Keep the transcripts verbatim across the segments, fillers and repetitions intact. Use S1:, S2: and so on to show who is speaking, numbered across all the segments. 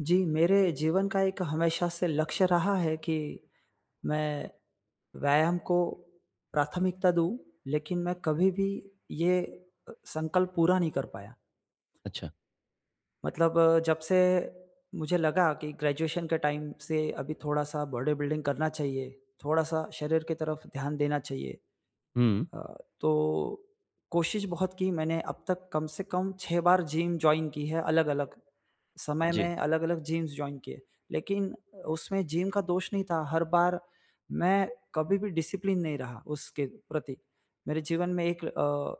S1: जी, मेरे जीवन का एक हमेशा से लक्ष्य रहा है कि मैं व्यायाम को प्राथमिकता दूँ, लेकिन मैं कभी भी ये अ, संकल्प पूरा नहीं कर पाया।
S2: अच्छा।
S1: मतलब अ, जब से मुझे लगा कि ग्रेजुएशन के टाइम से अभी थोड़ा-सा बॉडी बिल्डिंग करना चाहिए, थोड़ा-सा शरीर की तरफ ध्यान देना चाहिए।
S2: हुँ।
S1: अ, तो कोशिश बहुत की मैंने अब तक कम से कम छह बार जिम जॉइन की है अलग-अलग, समय
S2: जी,
S1: में अलग-अलग जिम्स जॉइन किए। लेकिन उसमें जिम का दोष नहीं था, हर बार मैं कभी भी डिसिप्लिन नहीं रहा उसके प्रति। मेरे जीवन में एक अ,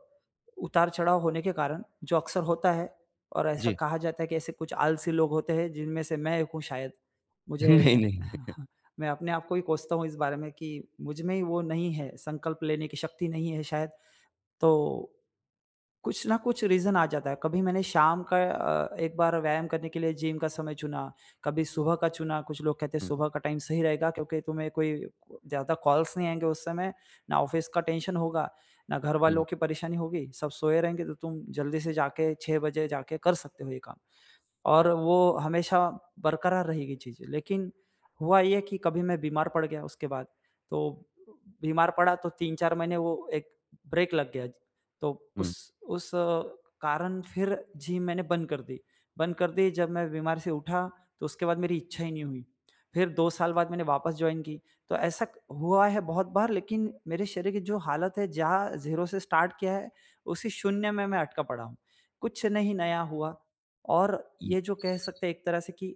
S1: उतार-चढ़ाव होने के कारण जो अक्सर होता है और ऐसा
S2: जी।
S1: कहा जाता है कि ऐसे कुछ आलसी लोग होते हैं जिनमें से मैं एक हूँ शायद। मुझे
S2: नहीं,
S1: हाँ,
S2: नहीं।
S1: हाँ, मैं अपने आप को ही कोसता हूँ इस बारे में कि मुझ में ही वो नहीं है, संकल्प लेने की शक्ति नहीं है शायद, तो कुछ ना कुछ रीज़न आ जाता है। कभी मैंने शाम का अ, एक बार व्यायाम करने के लिए जिम का समय चुना, कभी सुबह का चुना, कुछ लोग कहते हैं
S2: हुँ,
S1: सुबह का टाइम सही रहेगा क्योंकि तुम्हें कोई ज़्यादा कॉल्स नहीं आएँगे उस समय, ना ऑफ़िस का टेंशन होगा, ना घरवालों
S2: हुँ,
S1: की परेशानी होगी, सब सोए रहेंगे तो तुम जल्दी से जाके छह बजे जाके कर सकते हो ये काम। और वो हमेशा बरकरार रहेगी चीज़ें। लेकिन हुआ ये कि कभी मैं बीमार पड़ गया उसके बाद, तो बीमार पड़ा तो तीन चार महीने वो एक ब्रेक लग गया। तो
S2: हुँ,
S1: उस उस अ, कारण फिर जिम मैंने बंद कर दी। बंद कर दी जब मैं बीमार से उठा तो उसके बाद मेरी इच्छा ही नहीं हुई। फिर दो साल बाद मैंने वापस जॉइन की। तो ऐसा क- हुआ है बहुत बार लेकिन मेरे शरीर की जो हालत है जहाँ ज़ीरो से स्टार्ट किया है, उसी शून्य में मैं अटका पड़ा हूँ। कुछ नहीं नया हुआ और
S2: हुँ।
S1: ये जो कह सकते हैं एक तरह से कि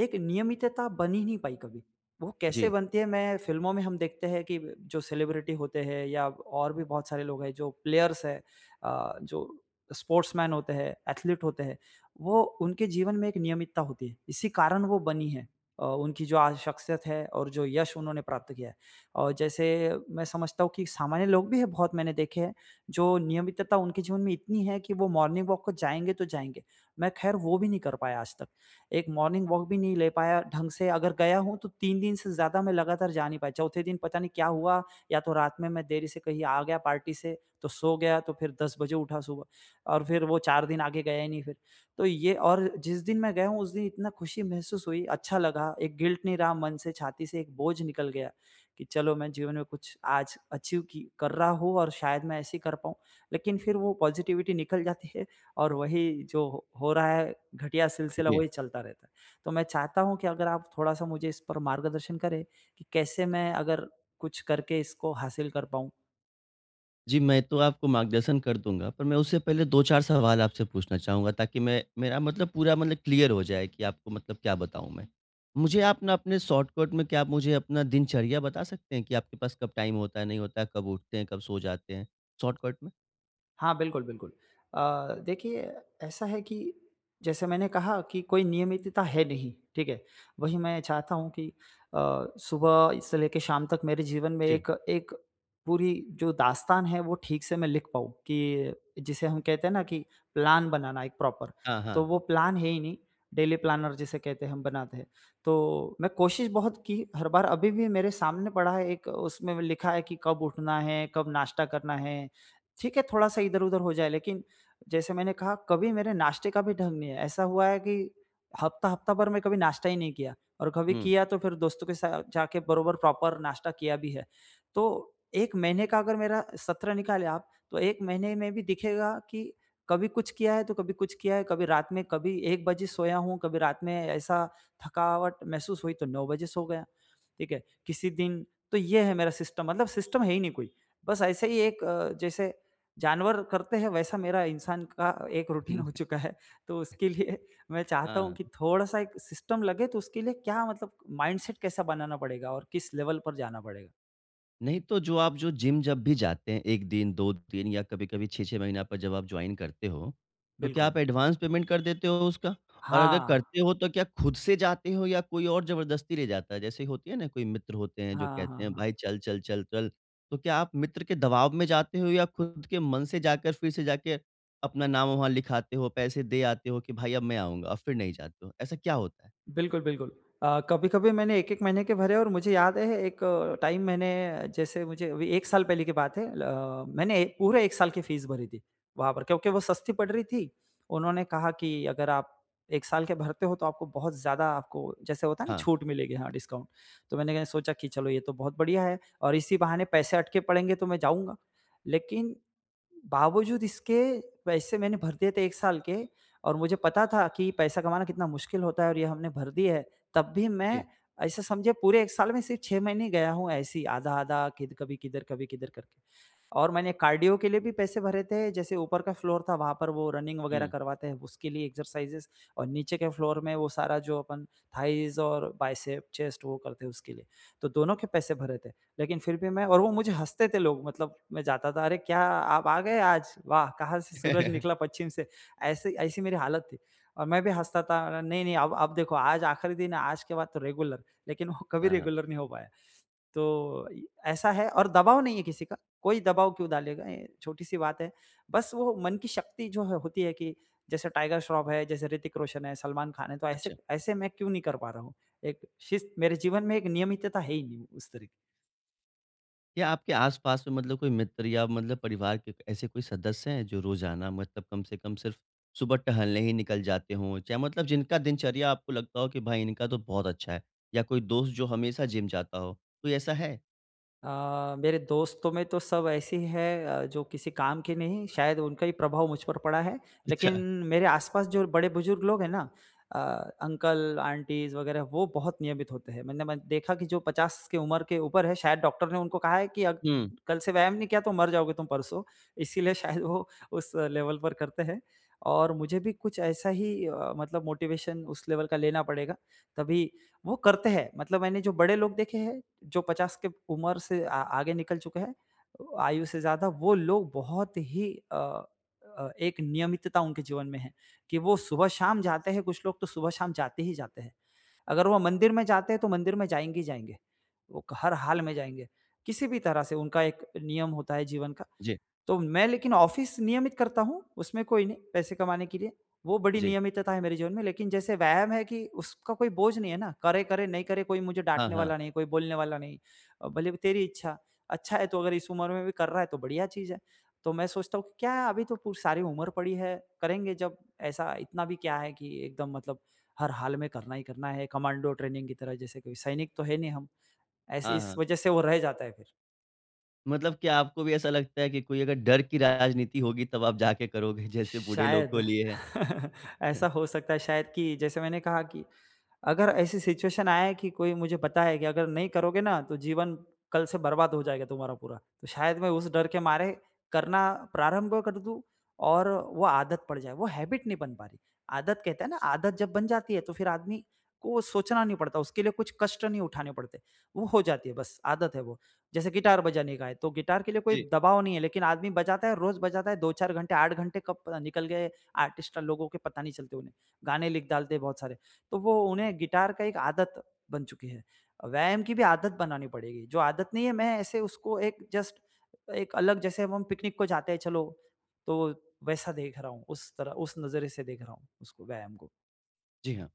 S1: एक नियमितता बन ही नहीं पाई कभी। वो कैसे
S2: जी,
S1: बनती है मैं फ़िल्मों में हम देखते हैं कि जो सेलिब्रिटी होते हैं या और भी बहुत सारे लोग हैं जो प्लेयर्स हैं अ, जो स्पोर्ट्समैन होते हैं, एथलीट होते हैं, वो उनके जीवन में एक नियमितता होती है। इसी कारण वो बनी है। अ, उनकी जो आज शख्सियत है और जो यश उन्होंने प्राप्त किया है। और जैसे मैं समझता हूँ कि सामान्य लोग भी हैं बहुत मैंने देखे हैं, जो नियमितता उनके जीवन में इतनी है कि वो मॉर्निंग वॉक को जाएँगे तो जाएँगे। मैं ख़ैर वो भी नहीं कर पाया आज तक। एक मॉर्निंग वॉक भी नहीं ले पाया ढंग से अगर गया हूँ तो तीन दिन से ज़्यादा मैं लगातार जा नहीं पाया। चौथे दिन पता नहीं क्या हुआ या तो रात में मैं देरी से कहीं आ गया पार्टी से तो सो गया तो फिर दस बजे उठा सुबह और फिर वो चार दिन आगे गया ही नहीं फिर। तो ये और जिस दिन मैं गया हूँ उस दिन इतना खुशी महसूस हुई, अच्छा लगा, एक गिल्ट नहीं रहा मन से, छाती से एक बोझ निकल गया कि चलो मैं जीवन में कुछ आज अचीव की कर रहा हूँ और शायद मैं ऐसे ही कर पाऊँ। लेकिन फिर वो पॉज़िटिविटी निकल जाती है और वही जो हो हो रहा है घटिया सिलसिला
S2: जी।
S1: वही चलता रहता है। तो मैं चाहता हूँ कि अगर आप थोड़ा-सा मुझे इस पर मार्गदर्शन करें कि कैसे मैं अगर कुछ करके इसको हासिल कर पाऊँ?
S2: जी, मैं तो आपको मार्गदर्शन कर दूँगा, पर मैं उससे पहले दो चार सवाल आपसे पूछना चाहूँगा ताकि मैं मेरा मतलब पूरा मतलब क्लियर हो जाए कि आपको मतलब क्या बताऊँ मैं। मुझे आप ना अपने शॉर्टकट में क्या आप मुझे अपना दिनचर्या बता सकते हैं कि आपके पास कब टाइम होता है, नहीं होता है, कब उठते हैं, कब सो जाते हैं? शॉर्टकट में?
S1: हाँ, बिल्कुल, बिल्कुल। अ, देखिए ऐसा है कि जैसे मैंने कहा कि कोई नियमितता है नहीं, ठीक है? वही मैं चाहता हूँ कि अ, सुबह से लेके शाम तक मेरे जीवन में
S2: जी।
S1: एक एक पूरी जो दास्तान है वो ठीक से मैं लिख पाऊँ कि जिसे हम कहते हैं ना कि प्लान बनाना एक प्रॉपर,
S2: हाँ,
S1: तो
S2: हाँ।
S1: वो प्लान है ही नहीं, डेली प्लानर जिसे कहते हैं हम बनाते हैं। तो मैं कोशिश बहुत की, हर बार अभी भी मेरे सामने पड़ा है एक उसमें लिखा है कि कब उठना है, कब नाश्ता करना है ठीक है, थोड़ा-सा इधर-उधर हो जाए, लेकिन जैसे मैंने कहा कभी मेरे नाश्ते का भी ढंग नहीं है। ऐसा हुआ है कि हफ्ता-हफ्ता भर मैं कभी नाश्ता ही नहीं किया और कभी
S2: हुँ।
S1: किया तो फिर दोस्तों के साथ जाके बरोबर प्रॉपर नाश्ता किया भी है। तो एक महीने का अगर मेरा सत्र निकाले आप, तो एक महीने में भी दिखेगा कि कभी कुछ किया है, तो कभी कुछ किया है, कभी रात में कभी एक बजे सोया हूँ, कभी रात में ऐसा थकावट महसूस हुई तो नौ बजे सो गया, ठीक है? किसी दिन तो ये है मेरा सिस्टम मतलब सिस्टम है ही नहीं कोई। बस ऐसे ही एक अ, जैसे जानवर करते हैं वैसा मेरा इंसान का एक रूटीन हो चुका है। तो उसके लिए मैं चाहता हूँ
S2: हाँ।
S1: कि थोड़ा-सा एक सिस्टम लगे तो उसके लिए क्या मतलब माइंडसेट कैसा बनाना पड़ेगा और किस लेवल पर जाना पड़ेगा?
S2: नहीं तो जो आप जो जिम जब भी जाते हैं एक दिन, दो दिन या कभी-कभी छह छह महीना पर जब आप जॉइन करते हो, तो क्या
S1: बिल्कुल।
S2: आप एडवांस पेमेंट कर देते हो उसका? और अगर
S1: हाँ।
S2: करते हो तो क्या खुद से जाते हो या कोई और ज़बरदस्ती ले जाता है? जैसे होती है ना कोई मित्र होते हैं जो
S1: हाँ, हाँ,
S2: कहते हैं
S1: हाँ।
S2: भाई चल, चल, चल, चल। तो क्या आप मित्र के दबाव में जाते हो या खुद के मन से जाकर फिर से जाके अपना नाम वहाँ लिखाते हो, पैसे दे आते हो कि भाई अब मैं आऊँगा और फिर नहीं जाते हो? ऐसा क्या होता है?
S1: बिल्कुल, बिल्कुल। अ, कभी-कभी मैंने एक-एक महीने के भरे और मुझे याद है एक टाइम मैंने जैसे मुझे अभी एक साल पहले की बात है ल मैंने ए- पूरे एक साल की फ़ीस भरी थी वहाँ पर क्योंकि वो सस्ती पड़ रही थी। उन्होंने कहा कि अगर आप एक साल के भरते हो तो आपको बहुत ज़्यादा आपको जैसे होता है ना
S2: हाँ,
S1: छूट मिलेगी हाँ, डिस्काउंट। तो मैंने कहा सोचा कि चलो ये तो बहुत बढ़िया है और इसी बहाने पैसे अटके पड़ेंगे तो मैं जाऊँगा। लेकिन बावजूद इसके पैसे मैंने भर दिए थे एक साल के और मुझे पता था कि पैसा कमाना कितना मुश्किल होता है और ये हमने भर दिए हैं, तब भी मैं
S2: जी।
S1: ऐसा समझिए पूरे एक साल में सिर्फ़ छह महीने गया हूँ ऐसे ही आधा-आधा, किध कभी किधर, कभी किधर करके। और मैंने कार्डियो के लिए भी पैसे भरे थे, जैसे ऊपर का फ्लोर था वहाँ पर वो रनिंग वगैरह
S2: हुँ।
S1: करवाते हैं, उसके लिए एक्सरसाइज़ेज़ और नीचे के फ्लोर में वो सारा जो अपन थाइज़ और बाइसेप, चेस्ट वो करते हैं उसके लिए। तो दोनों के पैसे भरे थे, लेकिन फिर भी मैं और वो मुझे हँसते थे लोग मतलब मैं जाता था, "अरे! क्या आप आ गए आज? वाह! कहाँ से सूरज निकला पश्चिम से।" ऐसे ऐसी मेरी हालत थी और मैं भी हँसता था, "नहीं, नहीं अब अब देखो आज आखिरी दिन है, आज के बाद तो रेगुलर।" लेकिन वो कभी
S2: हाँ, हाँ।
S1: रेगुलर नहीं हो पाया। तो इ ऐसा है और दबाव नहीं है किसी का, कोई दबाव क्यों डालेगा? ये छोटी-सी बात है। बस वो मन की शक्ति जो है होती है कि जैसे टाइगर श्रॉफ है, जैसे ऋतिक रोशन है, सलमान खान है, तो ऐसे
S2: अच्छा।
S1: ऐसे मैं क्यों नहीं कर पा रहा हूँ? एक शिस्त मेरे जीवन में एक नियमितता है ही नहीं उस तरीके
S2: क्या आपके आस-पास में मतलब कोई मित्र या मतलब परिवार के ऐसे कोई सदस्य हैं जो रोज़ाना मतलब कम से कम सिर्फ़ सुबह टहलने ही निकल जाते हों? चाहे मतलब जिनका दिनचर्या आपको लगता हो कि भाई इनका तो बहुत अच्छा है या कोई दोस्त जो हमेशा जिम जाता हो, कोई ऐसा है?
S1: अ, मेरे दोस्तों में तो सब ऐसे ही हैं अ, जो किसी काम के नहीं, शायद उनका ही प्रभाव मुझ पर पड़ा है।
S2: अच्छा।
S1: लेकिन मेरे आसपास जो बड़े-बुजुर्ग लोग हैं ना अ, अंकल, आंटीज़ वगैरह वो बहुत नियमित होते हैं। मैंने मैं देखा कि जो पचास की उम्र के ऊपर है, शायद डॉक्टर ने उनको कहा है कि अग
S2: हुँ।
S1: कल से व्यायाम नहीं किया तो मर जाओगे तुम परसों। इसीलिए शायद वो उस लेवल पर करते हैं और मुझे भी कुछ ऐसा ही अ, मतलब मोटिवेशन उस लेवल का लेना पड़ेगा, तभी वो करते हैं। मतलब मैंने जो बड़े लोग देखे हैं जो पचास के उम्र से आ आगे निकल चुके हैं, आयु से ज़्यादा वो लोग बहुत ही अ अ, एक नियमितता उनके जीवन में है कि वो सुबह-शाम जाते हैं, कुछ लोग तो सुबह-शाम जाते ही जाते हैं। अगर वो मंदिर में जाते हैं, तो मंदिर में जाएँगे ही जाएँगे। वो हर हाल में जाएँगे। किसी भी तरह से उनका एक नियम होता है जीवन का
S2: जी,
S1: तो मैं लेकिन ऑफ़िस नियमित करता हूँ, उसमें कोई नहीं पैसे कमाने के लिए। वो बड़ी
S2: जी।
S1: नियमितता है मेरे जीवन में, लेकिन जैसे व्यायाम है कि उसका कोई बोझ नहीं है ना, करे, करे, नहीं करे कोई मुझे
S2: हाँ,
S1: डाँटने
S2: हाँ।
S1: वाला नहीं, कोई बोलने वाला नहीं। अ, भले तेरी इच्छा, अच्छा है तो अगर इस उम्र में भी कर रहा है तो बढ़िया चीज़ है। तो मैं सोचता हूँ कि क्या है अभी तो पूरी सारी उम्र पड़ी है, करेंगे जब ऐसा इतना भी क्या है कि एकदम मतलब हर हाल में करना ही करना है, कमांडो ट्रेनिंग की तरह जैसे कोई सैनिक तो है नहीं हम। ऐसे
S2: हाँ,
S1: इस
S2: हाँ।
S1: वजह से वो रह जाता है फिर।
S2: मतलब क्या आपको भी ऐसा लगता है कि कोई अगर डर की राजनीति होगी तब आप जाके करोगे जैसे बूढ़े लोग को
S1: शायद
S2: लिए है?
S1: ऐसा हो सकता है शायद कि जैसे मैंने कहा कि अगर ऐसी सिचुएशन आए कि कोई मुझे पता है कि अगर नहीं करोगे ना तो जीवन कल से बर्बाद हो जाएगा तुम्हारा पूरा, तो शायद मैं उस डर के मारे करना प्रारंभ कर दूँ और वो आदत पड़ जाए, वो हैबिट नहीं बन पा रही। आदत कहते हैं ना आदत जब बन जाती है तो फिर आदमी को सोचना नहीं पड़ता, उसके लिए कुछ कष्ट नहीं उठाने पड़ते, वो हो जाती है बस आदत है वो। जैसे गिटार बजाने का है, तो गिटार के लिए कोई
S2: जी।
S1: दबाव नहीं है लेकिन आदमी बजाता है, रोज़ बजाता है दो चार घंटे, आठ घंटे कब पता निकल गए आर्टिस्ट लोगों के पता नहीं चलते उन्हें। गाने लिख डालते हैं बहुत सारे। तो वो उन्हें गिटार का एक आदत बन चुकी है। व्यायाम की भी आदत बनानी पड़ेगी, जो आदत नहीं है मैं ऐसे उसको एक जस्ट एक अलग जैसे अब हम पिकनिक को जाते हैं चलो, तो वैसा देख रहा हूँ, उस तरह उस नज़रिए से देख रहा हूँ उसको व्यायाम को।
S2: जी, हाँ।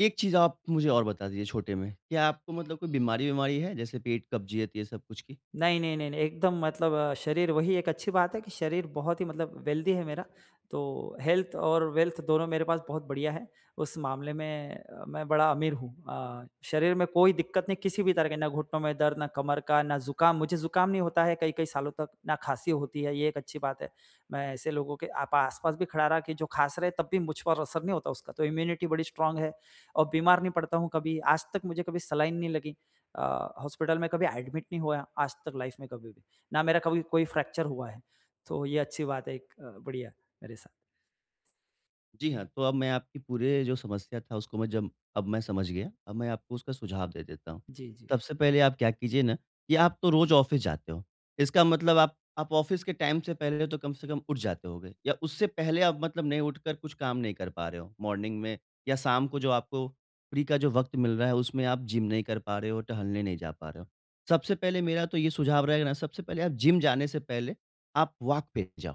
S2: एक चीज़ आप मुझे और बता दीजिए छोटे में, क्या आपको मतलब कोई बीमारी-विमारी है जैसे पेट, कब्ज़ियत ये सब कुछ की?
S1: नहीं, नहीं, नहीं, नहीं, एकदम मतलब अ, शरीर वही एक अच्छी बात है कि शरीर बहुत ही मतलब वेल्दी है मेरा, तो हेल्थ और वेल्थ दोनों मेरे पास बहुत बढ़िया है। उस मामले में अ, मैं बड़ा अमीर हूँ। अ, शरीर में कोई दिक्कत नहीं किसी भी तरह के, ना घुटनों में दर्द, ना कमर का, ना ज़ुकाम मुझे ज़ुकाम नहीं होता है कई-कई सालों तक, ना खाँसी होती है, ये एक अच्छी बात है। मैं ऐसे लोगों के आप आस-पास भी खड़ा रहा कि जो खाँस रहे तब भी मुझ पर असर नहीं होता उसका, तो इम्यूनिटी बड़ी स्ट्रॉन्ग है और बीमार नहीं पड़ता हूँ कभी, आज तक मुझे कभी सलाइन नहीं लगी। अ, हॉस्पिटल में कभी एडमिट नहीं हुआ आज तक लाइफ में कभी भी। ना मेरा कभी कोई फ्रैक्चर हुआ है। तो ये अच्छी बात है एक अ, बढ़िया मेरे साथ।
S2: जी हाँ, तो अब मैं आपकी पूरे जो समस्या था उसको मैं जब अब मैं समझ गया, अब मैं आपको उसका सुझाव दे देता हूँ।
S1: जी, जी।
S2: सबसे पहले आप क्या कीजिए ना कि आप तो रोज़ ऑफ़िस जाते हो, इसका मतलब आप आप ऑफ़िस के टाइम से पहले तो कम से कम उठ जाते होंगे या उससे पहले आप मतलब नहीं उठकर कुछ काम नहीं कर पा रहे हो मॉर्निंग में या शाम को जो आपको फ्री का जो वक़्त मिल रहा है उसमें आप जिम नहीं कर पा रहे हो, टहलने नहीं जा पा रहे हो। सबसे पहले मेरा तो ये सुझाव रहेगा ना सबसे पहले आप जिम जाने से पहले आप वॉक पे जाओ।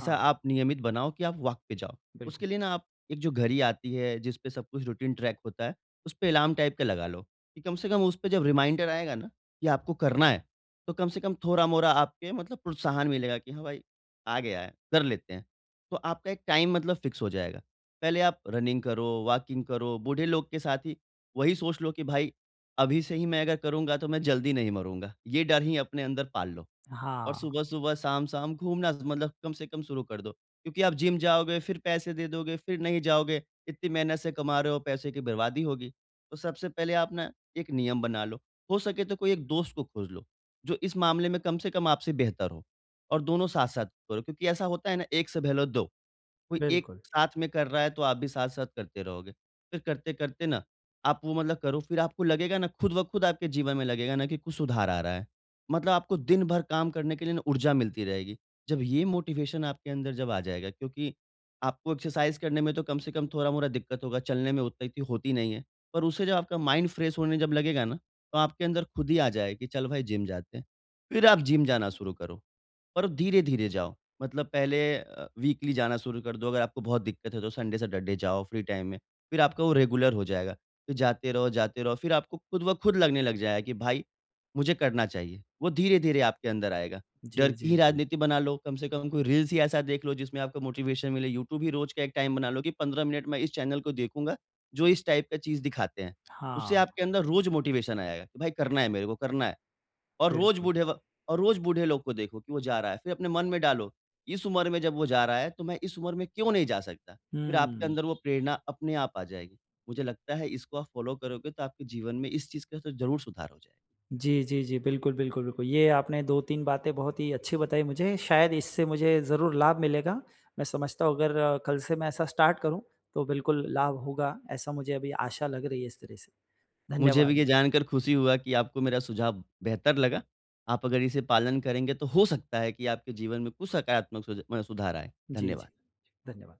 S1: हाँ,
S2: आप नियमित बनाओ कि आप वॉक पे जाओ।
S1: बिल्कुल।
S2: उसके लिए ना आप एक जो घड़ी आती है जिस पे सब कुछ रूटीन ट्रैक होता है, उसपे अलार्म टाइप का लगा लो, कि कम से कम उसपे जब रिमाइंडर आएगा ना कि आपको करना है, तो कम से कम थोड़ा-मोड़ा आपके मतलब प्रोत्साहन मिलेगा कि हाँ भाई, आ गया है, कर लेते हैं। तो आपका एक टाइम मतलब फिक्स हो जाएगा। पहले आप रनिंग करो, वॉकिंग करो, बूढ़े लोग के साथ ही वही सोच लो कि भाई, अभी से ही मैं अगर करूँगा तो मैं जल्दी नहीं मरूँगा। ये डर ही अपने अंदर पाल लो। और
S1: हाँ,
S2: सुबह-सुबह, शाम-शाम घूमना मतलब कम से कम शुरू कर दो। क्योंकि आप जिम जाओगे, फिर पैसे दे दोगे, फिर नहीं जाओगे, इतनी मेहनत से कमा रहे हो, पैसे की बर्बादी होगी। तो सबसे पहले आप ना एक नियम बना लो, हो सके तो कोई एक दोस्त को खोज लो, जो इस मामले में कम से कम आपसे बेहतर हो और दोनों साथ-साथ करो क्योंकि ऐसा होता है ना, एक से पहले दो। कोई एक
S1: बिल्कुल।
S2: साथ में कर रहा है तो आप भी साथ-साथ करते रहोगे। फिर करते-करते ना आप वो मतलब करो फिर आपको लगेगा ना खुद ब खुद आपके जीवन में लगेगा ना कि कुछ सुधार आ रहा है। मतलब आपको दिन भर काम करने के लिए ना ऊर्जा मिलती रहेगी। जब ये मोटिवेशन आपके अंदर जब आ जाएगा क्योंकि आपको एक्सरसाइज़ करने में तो कम से कम थोड़ा-मोड़ा दिक्कत होगा, चलने में उतना इतनी होती नहीं है। पर उससे जब आपका माइंड फ्रेश होने जब लगेगा ना तो आपके अंदर खुद ही आ जाए कि चल भाई जिम जाते हैं। फिर आप जिम जाना शुरू करो और धीरे-धीरे जाओ। मतलब पहले अ, वीकली जाना शुरू कर दो, अगर आपको बहुत दिक्कत है तो संडे सैटरडे जाओ फ्री टाइम में, फिर आपका वो रेगुलर हो जाएगा। फिर जाते रहो, जाते रहो, फिर आपको खुद ब खुद लगने लग जाएगा कि भाई मुझे करना चाहिए। वो धीरे-धीरे आपके अंदर आएगा।
S1: जी,
S2: डर की
S1: जी,
S2: ही
S1: जी।
S2: राजनीति बना लो, कम से कम कोई रील्स ही ऐसा देख लो जिसमें आपको मोटिवेशन मिले, यूट्यूब ही रोज़ का एक टाइम बना लो कि पंद्रह मिनट मैं इस चैनल को देखूँगा, जो इस टाइप का चीज़ दिखाते हैं। उससे
S1: हाँ,
S2: आपके अंदर रोज़ मोटिवेशन आएगा कि भाई करना है मेरे को, करना है। और रोज़
S1: बिल्कुल।
S2: बूढ़े व और रोज़ बूढ़े लोग को देखो कि वो जा रहा है। फिर अपने मन में डालो, इस उम्र में जब वो जा रहा है, तो मैं इस उम्र में क्यों नहीं जा सकता? फिर आपके
S1: हुँ।
S2: अंदर वो प्रेरणा अपने आप आ जाएगी। मुझे लगता है इसको आप फ़ॉलो करोगे तो आपके जीवन में इस चीज़ का तो ज़रूर सुधार हो जाएगा।
S1: जी, जी, जी। बिल्कुल, बिल्कुल, बिल्कुल। ये आपने दो तीन बातें बहुत ही अच्छी बताई मुझे। शायद इससे मुझे ज़रूर लाभ मिलेगा। मैं समझता हूँ अगर अ, कल से मैं ऐसा स्टार्ट करूँ तो बिल्कुल लाभ होगा, ऐसा मुझे अभी आशा लग रही है इस तरह से।
S2: मुझे भी
S1: धन्यवाद।
S2: ये जानकर खुशी हुआ कि आपको मेरा सुझाव बेहतर लगा। आप अगर इसे पालन करेंगे तो हो सकता है कि आपके जीवन में कुछ सकारात्मक सुझ अ, सुधार आए।
S1: जी, जी।
S2: धन्यवाद।
S1: धन्यवाद।